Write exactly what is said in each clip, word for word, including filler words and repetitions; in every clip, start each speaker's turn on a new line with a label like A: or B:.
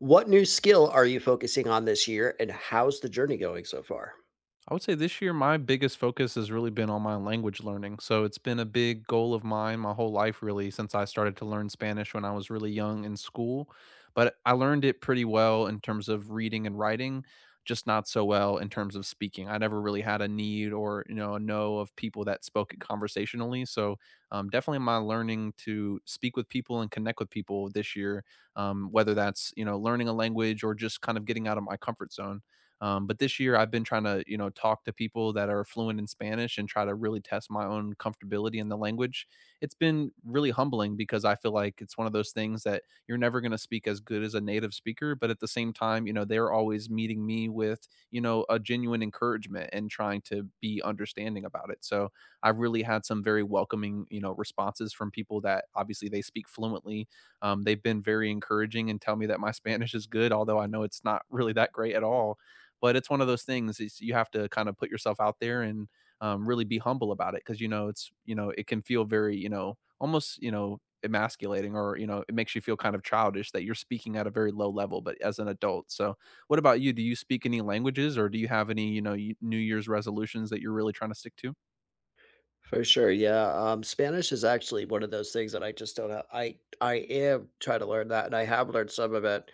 A: What new skill are you focusing on this year, and how's the journey going so far?
B: I would say this year my biggest focus has really been on my language learning. So it's been a big goal of mine my whole life, really since I started to learn Spanish when I was really young in school, but I learned it pretty well in terms of reading and writing, just not so well in terms of speaking. I never really had a need or, you know, a know of people that spoke it conversationally. So, um, definitely my learning to speak with people and connect with people this year, um, whether that's, you know, learning a language or just kind of getting out of my comfort zone. Um, but this year, I've been trying to, you know, talk to people that are fluent in Spanish and try to really test my own comfortability in the language. It's been really humbling because I feel like it's one of those things that you're never going to speak as good as a native speaker. But at the same time, you know, they're always meeting me with, you know, a genuine encouragement and trying to be understanding about it. So I've really had some very welcoming, you know, responses from people that obviously they speak fluently. Um, they've been very encouraging and tell me that my Spanish is good, although I know it's not really that great at all. But it's one of those things, is you have to kind of put yourself out there and um, really be humble about it, because you know it's, you know it can feel very, you know almost, you know emasculating, or you know it makes you feel kind of childish that you're speaking at a very low level but as an adult. So what about you? Do you speak any languages, or do you have any, you know new year's resolutions that you're really trying to stick to?
A: For sure, yeah. Um, Spanish is actually one of those things that I just don't have. I I am trying to learn that, and I have learned some of it.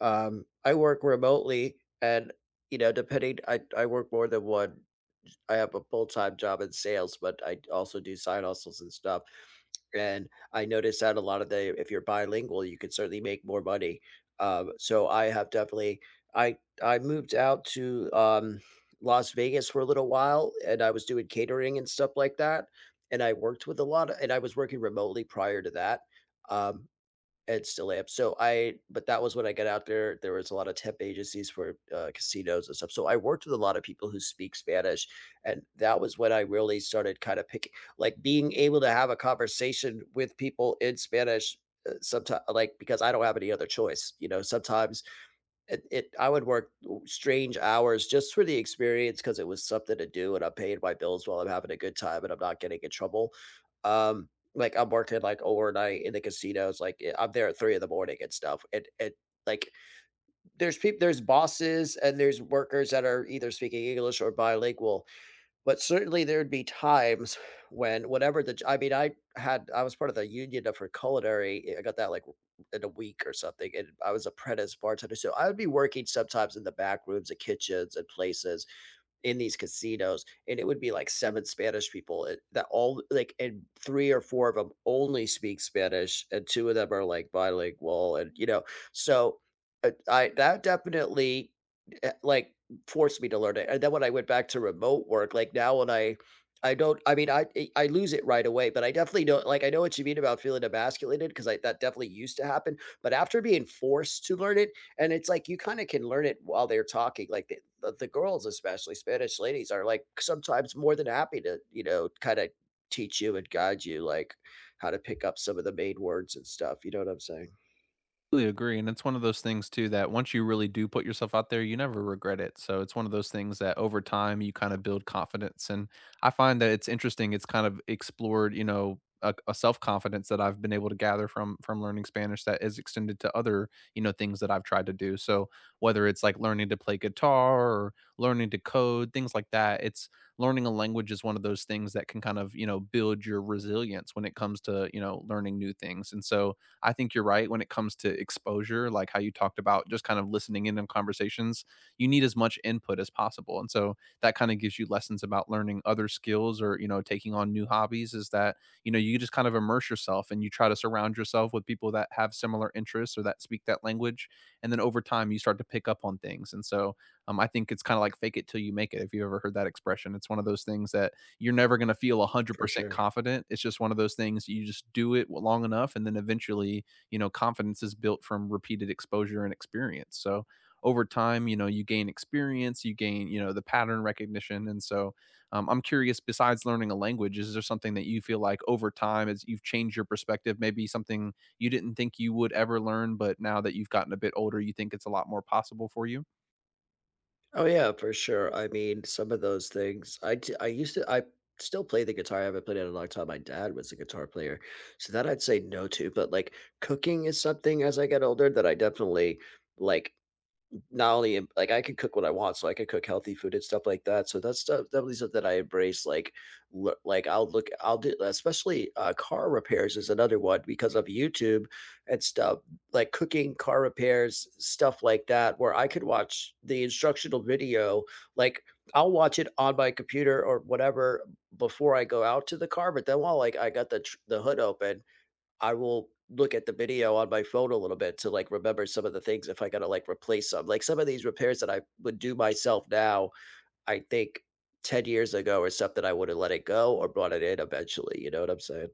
A: Um, I work remotely, and you know, depending, I I work more than one. I have a full-time job in sales, but I also do side hustles and stuff. And I noticed that a lot of the, if you're bilingual, you could certainly make more money. Um, so I have definitely, I I moved out to um, Las Vegas for a little while, and I was doing catering and stuff like that. And I worked with a lot of, and I was working remotely prior to that. Um, it's still am. So I, but that was when I got out there, there was a lot of temp agencies for, uh, casinos and stuff. So I worked with a lot of people who speak Spanish, and that was when I really started kinda picking, like, being able to have a conversation with people in Spanish, uh, someti like, because I don't have any other choice, you know, sometimes it it I would work strange hours just for the experience because it was something to do, and I'm paying my bills while I'm having a good time, and I'm not getting in trouble. Um, like, I'm working, like, overnight in the casinos, like, eh, I'm there at three in the morning and stuff, and and, like, there's peop there's bosses and there's workers that are either speaking English or bilingual, but certainly there'd be times when whatever the j I mean, I had I was part of the union of for culinary, eh, I got that, like, in a week or something, and I was apprentice bartender, so I would be working sometimes in the back rooms and kitchens and places in these casinos, and it would be like seven Spanish people it that all, like, and three or four of them only speak Spanish, and two of them are, like, bilingual and, you know, so, uh, I that definitely, eh, like, forced me to learn it, and then when I went back to remote work, like, now when I I don't I mean, I I I lose it right away, but I definitely don't, like, I know what you mean about feeling emasculated because I that definitely used to happen, but after being forced to learn it, and it's like you kinda can learn it while they're talking, like, the the the girls, especially Spanish ladies, are, like, sometimes more than happy to, you know, kinda teach you and guide you, like, how to pick up some of the main words and stuff, you know what I'm saying?
B: Totally agree, and it's one of those things too that once you really do put yourself out there, you never regret it. So it's one of those things that over time you kind of build confidence, and I find that it's interesting. It's kind of explored, you know, a, a self confidence that I've been able to gather from from learning Spanish that is extended to other, you know, things that I've tried to do. So whether it's like learning to play guitar or learning to code, things like that, it's learning a language is one of those things that can kind of, you know build your resilience when it comes to, you know learning new things. And so I think you're right when it comes to exposure, like how you talked about just kind of listening in on conversations. You need as much input as possible. And so that kind of gives you lessons about learning other skills or, you know, taking on new hobbies, is that, you know, you just kind of immerse yourself and you try to surround yourself with people that have similar interests or that speak that language. And then over time, you start to pick up on things. And so, um, I think it's kind of like fake it till you make it. If you ever heard that expression, it's one of those things that you're never going to feel
A: For
B: one hundred percent
A: sure.
B: confident. It's just one of those things, you just do it long enough and then eventually, you know, confidence is built from repeated exposure and experience. So over time, you know, you gain experience, you gain, you know, the pattern recognition. And so, um, I'm curious, besides learning a language, is there something that you feel like over time as you've changed your perspective, maybe something you didn't think you would ever learn, but now that you've gotten a bit older, you think it's a lot more possible for you?
A: Oh, yeah, for sure, I mean, some of those things I d I used to I still play the guitar. I haven't played it in a long time. My dad was a guitar player, so that I'd say no to, but, like, cooking is something as I get older that I definitely, like, not only eh, like, I can cook what I want, so I can cook healthy food and stuff like that. So that's stuff definitely stuff that I embrace. Like, lo- like, I'll look, I'll do, especially uh, car repairs is another one because of YouTube and stuff, like cooking, car repairs, stuff like that, where I could watch the instructional video. Like, I'll watch it on my computer or whatever before I go out to the car. But then while, like, I got the tr- the hood open, I will look at the video on my phone a little bit to, like, remember some of the things if I gotta, like, replace some. Like, some of these repairs that I would do myself now, I think ten years ago or something, I would have let it go or brought it in eventually, you know what I'm saying?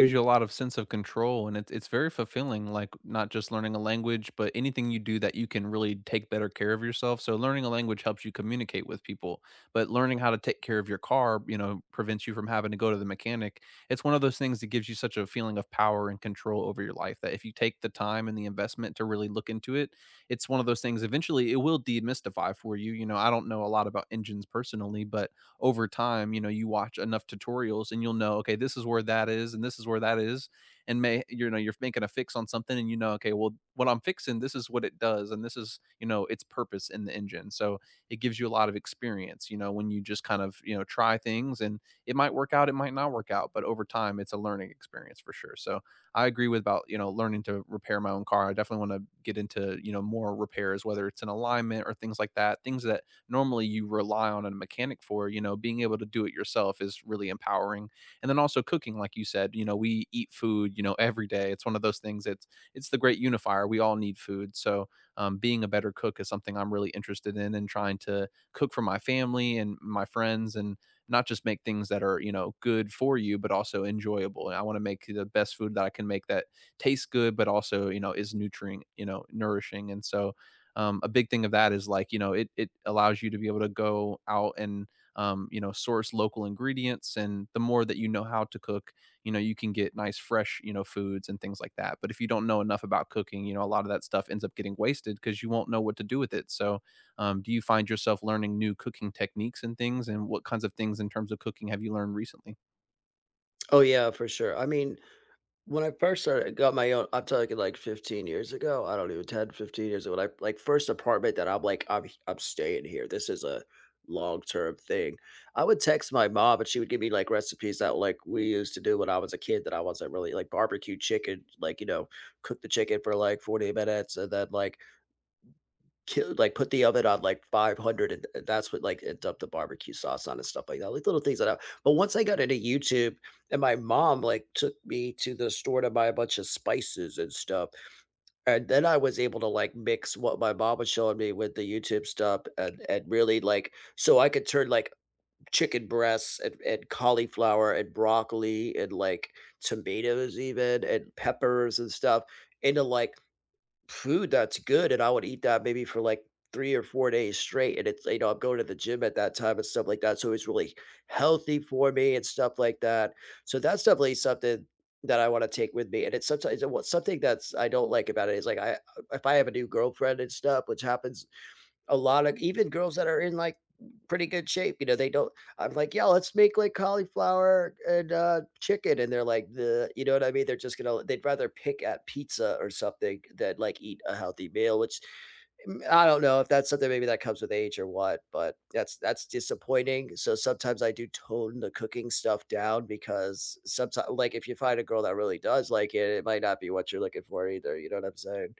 B: Gives you a lot of sense of control, and it's it's very fulfilling, like, not just learning a language, but anything you do that you can really take better care of yourself. So learning a language helps you communicate with people, but learning how to take care of your car, you know, prevents you from having to go to the mechanic. It's one of those things that gives you such a feeling of power and control over your life that if you take the time and the investment to really look into it, it's one of those things eventually it will demystify for you. you know, I don't know a lot about engines personally, but over time, you know, you watch enough tutorials and you'll know, okay, this is where that is and this is where that is. And may, you know, you're making a fix on something and you know, okay, well, what I'm fixing, this is what it does, and this is, you know, its purpose in the engine. So it gives you a lot of experience, you know, when you just kind of, you know, try things and it might work out, it might not work out, but over time it's a learning experience for sure. So I agree with about, you know, learning to repair my own car. I definitely want to get into, you know, more repairs, whether it's an alignment or things like that, things that normally you rely on a mechanic for. You know, being able to do it yourself is really empowering. And then also cooking, like you said, you know, we eat food, you know, every day. It's one of those things. It's it's the great unifier. We all need food. So, um, being a better cook is something I'm really interested in and trying to cook for my family and my friends, and not just make things that are, you know good for you but also enjoyable. And I want to make the best food that I can make, that tastes good but also, you know is nutrient, you know nourishing. And so, um, a big thing of that is like, you know it it allows you to be able to go out and, um, you know source local ingredients. And the more that you know how to cook, you know you can get nice fresh, you know foods and things like that, but if you don't know enough about cooking, you know a lot of that stuff ends up getting wasted because you won't know what to do with it. So, um, do you find yourself learning new cooking techniques and things? And what kinds of things in terms of cooking have you learned recently?
A: Oh, yeah, for sure. I mean, when I first started got my own, I'm talking like, like, fifteen years ago, I don't even, ten, fifteen years ago, when I, like, first apartment that I'm like, I'm I'm staying here. This is a long-term thing. I would text my mom and she would give me like recipes that, like, we used to do when I was a kid that I wasn't really like barbecue chicken, like, you know, cook the chicken for like forty minutes and then, like, Killed like, put the oven on, like, five hundred, and and th- that's what, like, and dump the barbecue sauce on and stuff like that, like, little things like that, but once I got into YouTube and my mom, like, took me to the store to buy a bunch of spices and stuff, and then I was able to, like, mix what my mom was showing me with the YouTube stuff, and and really, like, so I could turn, like, chicken breasts and and cauliflower and broccoli and, like, tomatoes even and peppers and stuff into, like, food that's good, and I would eat that maybe for, like, three or four days straight, and it's, you know, I'm going to the gym at that time and stuff like that, so it's really healthy for me and stuff like that. So that's definitely something that I wanna take with me, and it's sometimes, it was something that's, I don't like about it is, like, I if I have a new girlfriend and stuff, which happens a lot of, even girls that are in, like, pretty good shape, you know, they don't, I'm like, "Yeah, let's make, like, cauliflower and, uh, chicken," and they're like, the, you know what I mean? They're just gonna, they'd rather pick at pizza or something than, like, eat a healthy meal, which, mm, I don't know if that's something maybe that comes with age or what, but that's that's disappointing, so sometimes I do tone the cooking stuff down because sometimes, like, if you find a girl that really does like it, it might not be what you're looking for either, you know what I'm saying?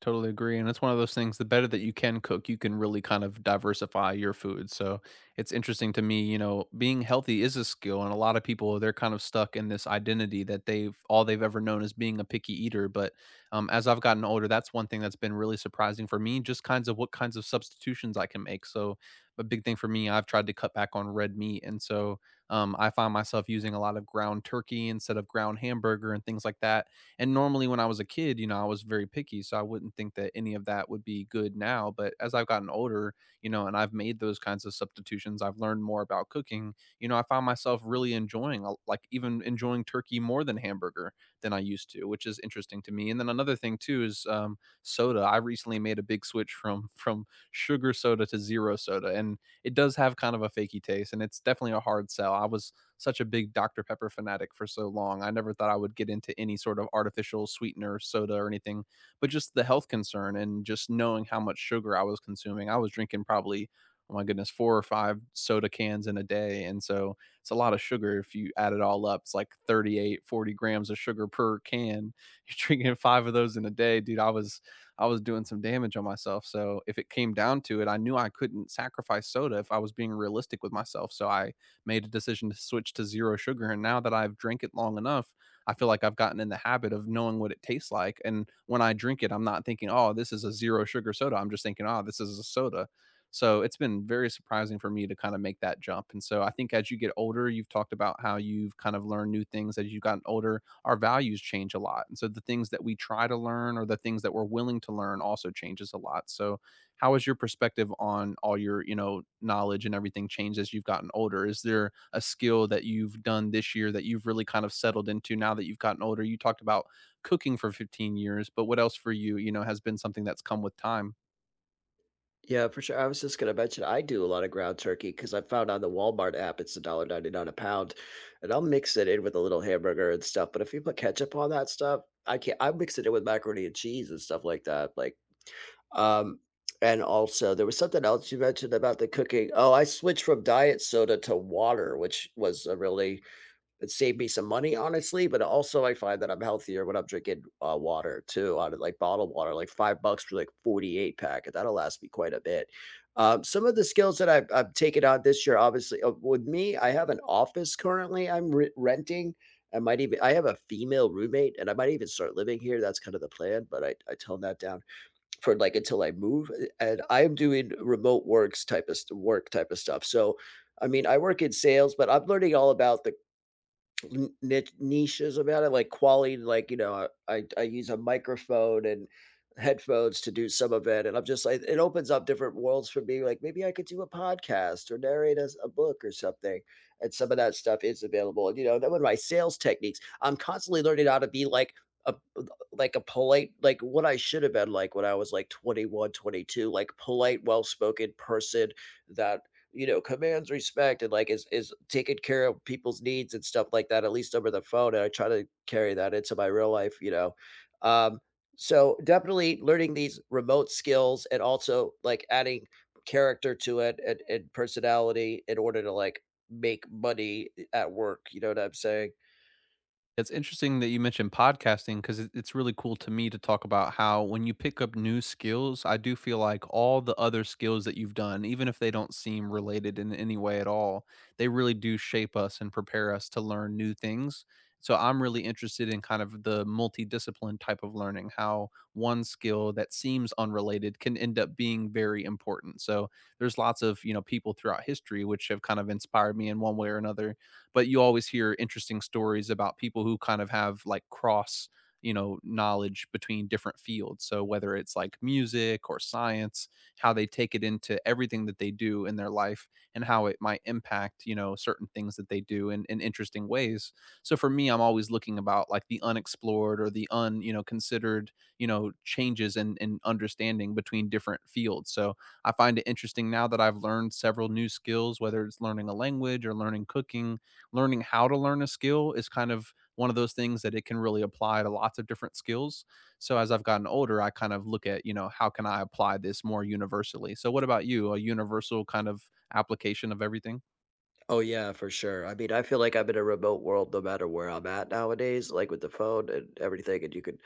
B: Totally agree, and it's one of those things, the better that you can cook, you can really kind of diversify your food. So it's interesting to me, you know, being healthy is a skill, and a lot of people, they're kind of stuck in this identity that they've all they've ever known is being a picky eater. But, um, as I've gotten older, that's one thing that's been really surprising for me, just kinds of what kinds of substitutions I can make. So a big thing for me, I've tried to cut back on red meat, and so, um, I find myself using a lot of ground turkey instead of ground hamburger and things like that. And normally, when I was a kid, you know, I was very picky, so I wouldn't think that any of that would be good now. But as I've gotten older, you know, and I've made those kinds of substitutions, I've learned more about cooking. You know, I find myself really enjoying, uh, like, even enjoying turkey more than hamburger than I used to, which is interesting to me. And then another thing too is, um, soda. I recently made a big switch from from sugar soda to zero soda, and it does have kind of a fakey taste, and it's definitely a hard sell. I was such a big Doctor Pepper fanatic for so long. I never thought I would get into any sort of artificial sweetener, soda, or anything, but just the health concern and just knowing how much sugar I was consuming. I was drinking probably, oh my goodness, four or five soda cans in a day. And so it's a lot of sugar. If you add it all up, it's like thirty-eight, forty grams of sugar per can. You're drinking five of those in a day. Dude, I was. I was doing some damage on myself. So if it came down to it, I knew I couldn't sacrifice soda if I was being realistic with myself. So I made a decision to switch to zero sugar. And now that I've drank it long enough, I feel like I've gotten in the habit of knowing what it tastes like. And when I drink it, I'm not thinking, oh, this is a zero sugar soda. I'm just thinking, oh, this is a soda. So it's been very surprising for me to kind of make that jump. And so I think as you get older, you've talked about how you've kind of learned new things as you've gotten older. Our values change a lot. And so the things that we try to learn or the things that we're willing to learn also changes a lot. So how has your perspective on all your, you know knowledge and everything changed as you've gotten older? Is there a skill that you've done this year that you've really kind of settled into now that you've gotten older? You talked about cooking for fifteen years, but what else for you, you know has been something that's come with time?
A: Yeah, for sure. I was just gonna mention I do a lot of ground turkey because I found on the Walmart app it's a dollar ninety nine a pound, and I'll mix it in with a little hamburger and stuff. But if you put ketchup on that stuff, I can't. I mix it in with macaroni and cheese and stuff like that. Like, um, and also there was something else you mentioned about the cooking. Oh, I switched from diet soda to water, which was a really, it saved me some money, honestly, but also I find that I'm healthier when I'm drinking, uh, water too, out of, like, bottled water, like, five bucks for, like, forty-eight pack, and that'll last me quite a bit. Um, some of the skills that I've I've taken on this year, obviously, uh, with me, I have an office currently I'm re renting. I might even I have a female roommate, and I might even start living here, that's kinda the plan, but I I toned that down for, like, until I move, eh, and I'm doing remote works type of st work type of stuff, so, I mean, I work in sales, but I'm learning all about the n- niches about it, like quality, like, you know, I, I I use a microphone and headphones to do some of it. And I'm just like, it opens up different worlds for me. Like, maybe I could do a podcast or narrate a, a book or something. And some of that stuff is available. And, you know, that one of my sales techniques, I'm constantly learning how to be like, a, like, a polite, like what I should have been like when I was like twenty-one, twenty-two like, polite, well-spoken person that, you know, commands respect and, like, is is taking care of people's needs and stuff like that, at least over the phone. And I try to carry that into my real life, you know. Um, so definitely learning these remote skills and also, like, adding character to it and, and personality in order to, like, make money at work. You know what I'm saying?
B: It's interesting that you mentioned podcasting because it, it's really cool to me to talk about how when you pick up new skills, I do feel like all the other skills that you've done, even if they don't seem related in any way at all, they really do shape us and prepare us to learn new things. So I'm really interested in kind of the multidiscipline type of learning, how one skill that seems unrelated can end up being very important. So there's lots of, you know, people throughout history which have kind of inspired me in one way or another, but you always hear interesting stories about people who kind of have like cross, you know knowledge between different fields, so whether it's like music or science, how they take it into everything that they do in their life, and how it might impact, you know certain things that they do in, in interesting ways. So for me, I'm always looking about like the unexplored or the un, you know considered, you know changes in, in understanding between different fields. So I find it interesting now that I've learned several new skills, whether it's learning a language or learning cooking, learning how to learn a skill is kind of one of those things that it can really apply to lots of different skills. So as I've gotten older, I kind of look at, you know, how can I apply this more universally? So what about you? A universal kind of application of everything?
A: Oh, yeah, for sure. I mean, I feel like I'm in a remote world no matter where I'm at nowadays, like with the phone and everything, and you can.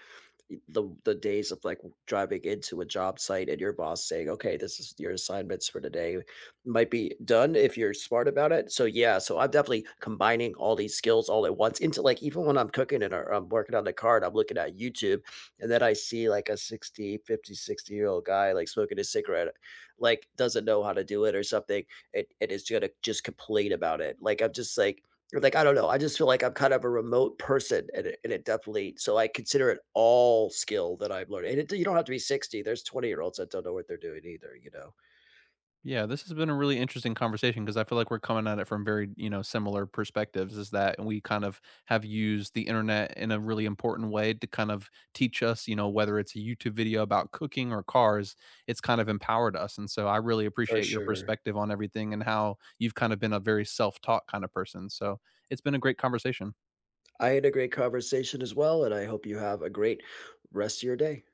A: The the days of, like, driving into a job site and your boss saying, "Okay, this is your assignments for today," might be done if you're smart about it. So, yeah, so I'm definitely combining all these skills all at once into, like, even when I'm cooking and or I'm working on the card, I'm looking at YouTube, and then I see, like, a sixty, fifty sixty year old guy, like, smoking a cigarette, like, doesn't know how to do it or something, and and is gonna just complain about it. Like, I'm just like, like, I don't know, I just feel like I'm kind of a remote person and it and it definitely, so I consider it all skill that I'm learning, and it, you don't have to be sixty, there's twenty-year-olds that don't know what they're doing either, you know?
B: Yeah, this has been a really interesting conversation because I feel like we're coming at it from very, you know, similar perspectives. Is that, and we kind of have used the internet in a really important way to kind of teach us, you know, whether it's a YouTube video about cooking or cars, it's kind of empowered us. And so I really
A: For
B: appreciate your
A: sure.
B: perspective on everything and how you've kind of been a very self taught kind of person. So it's been a great conversation.
A: I had a great conversation as well, and I hope you have a great rest of your day.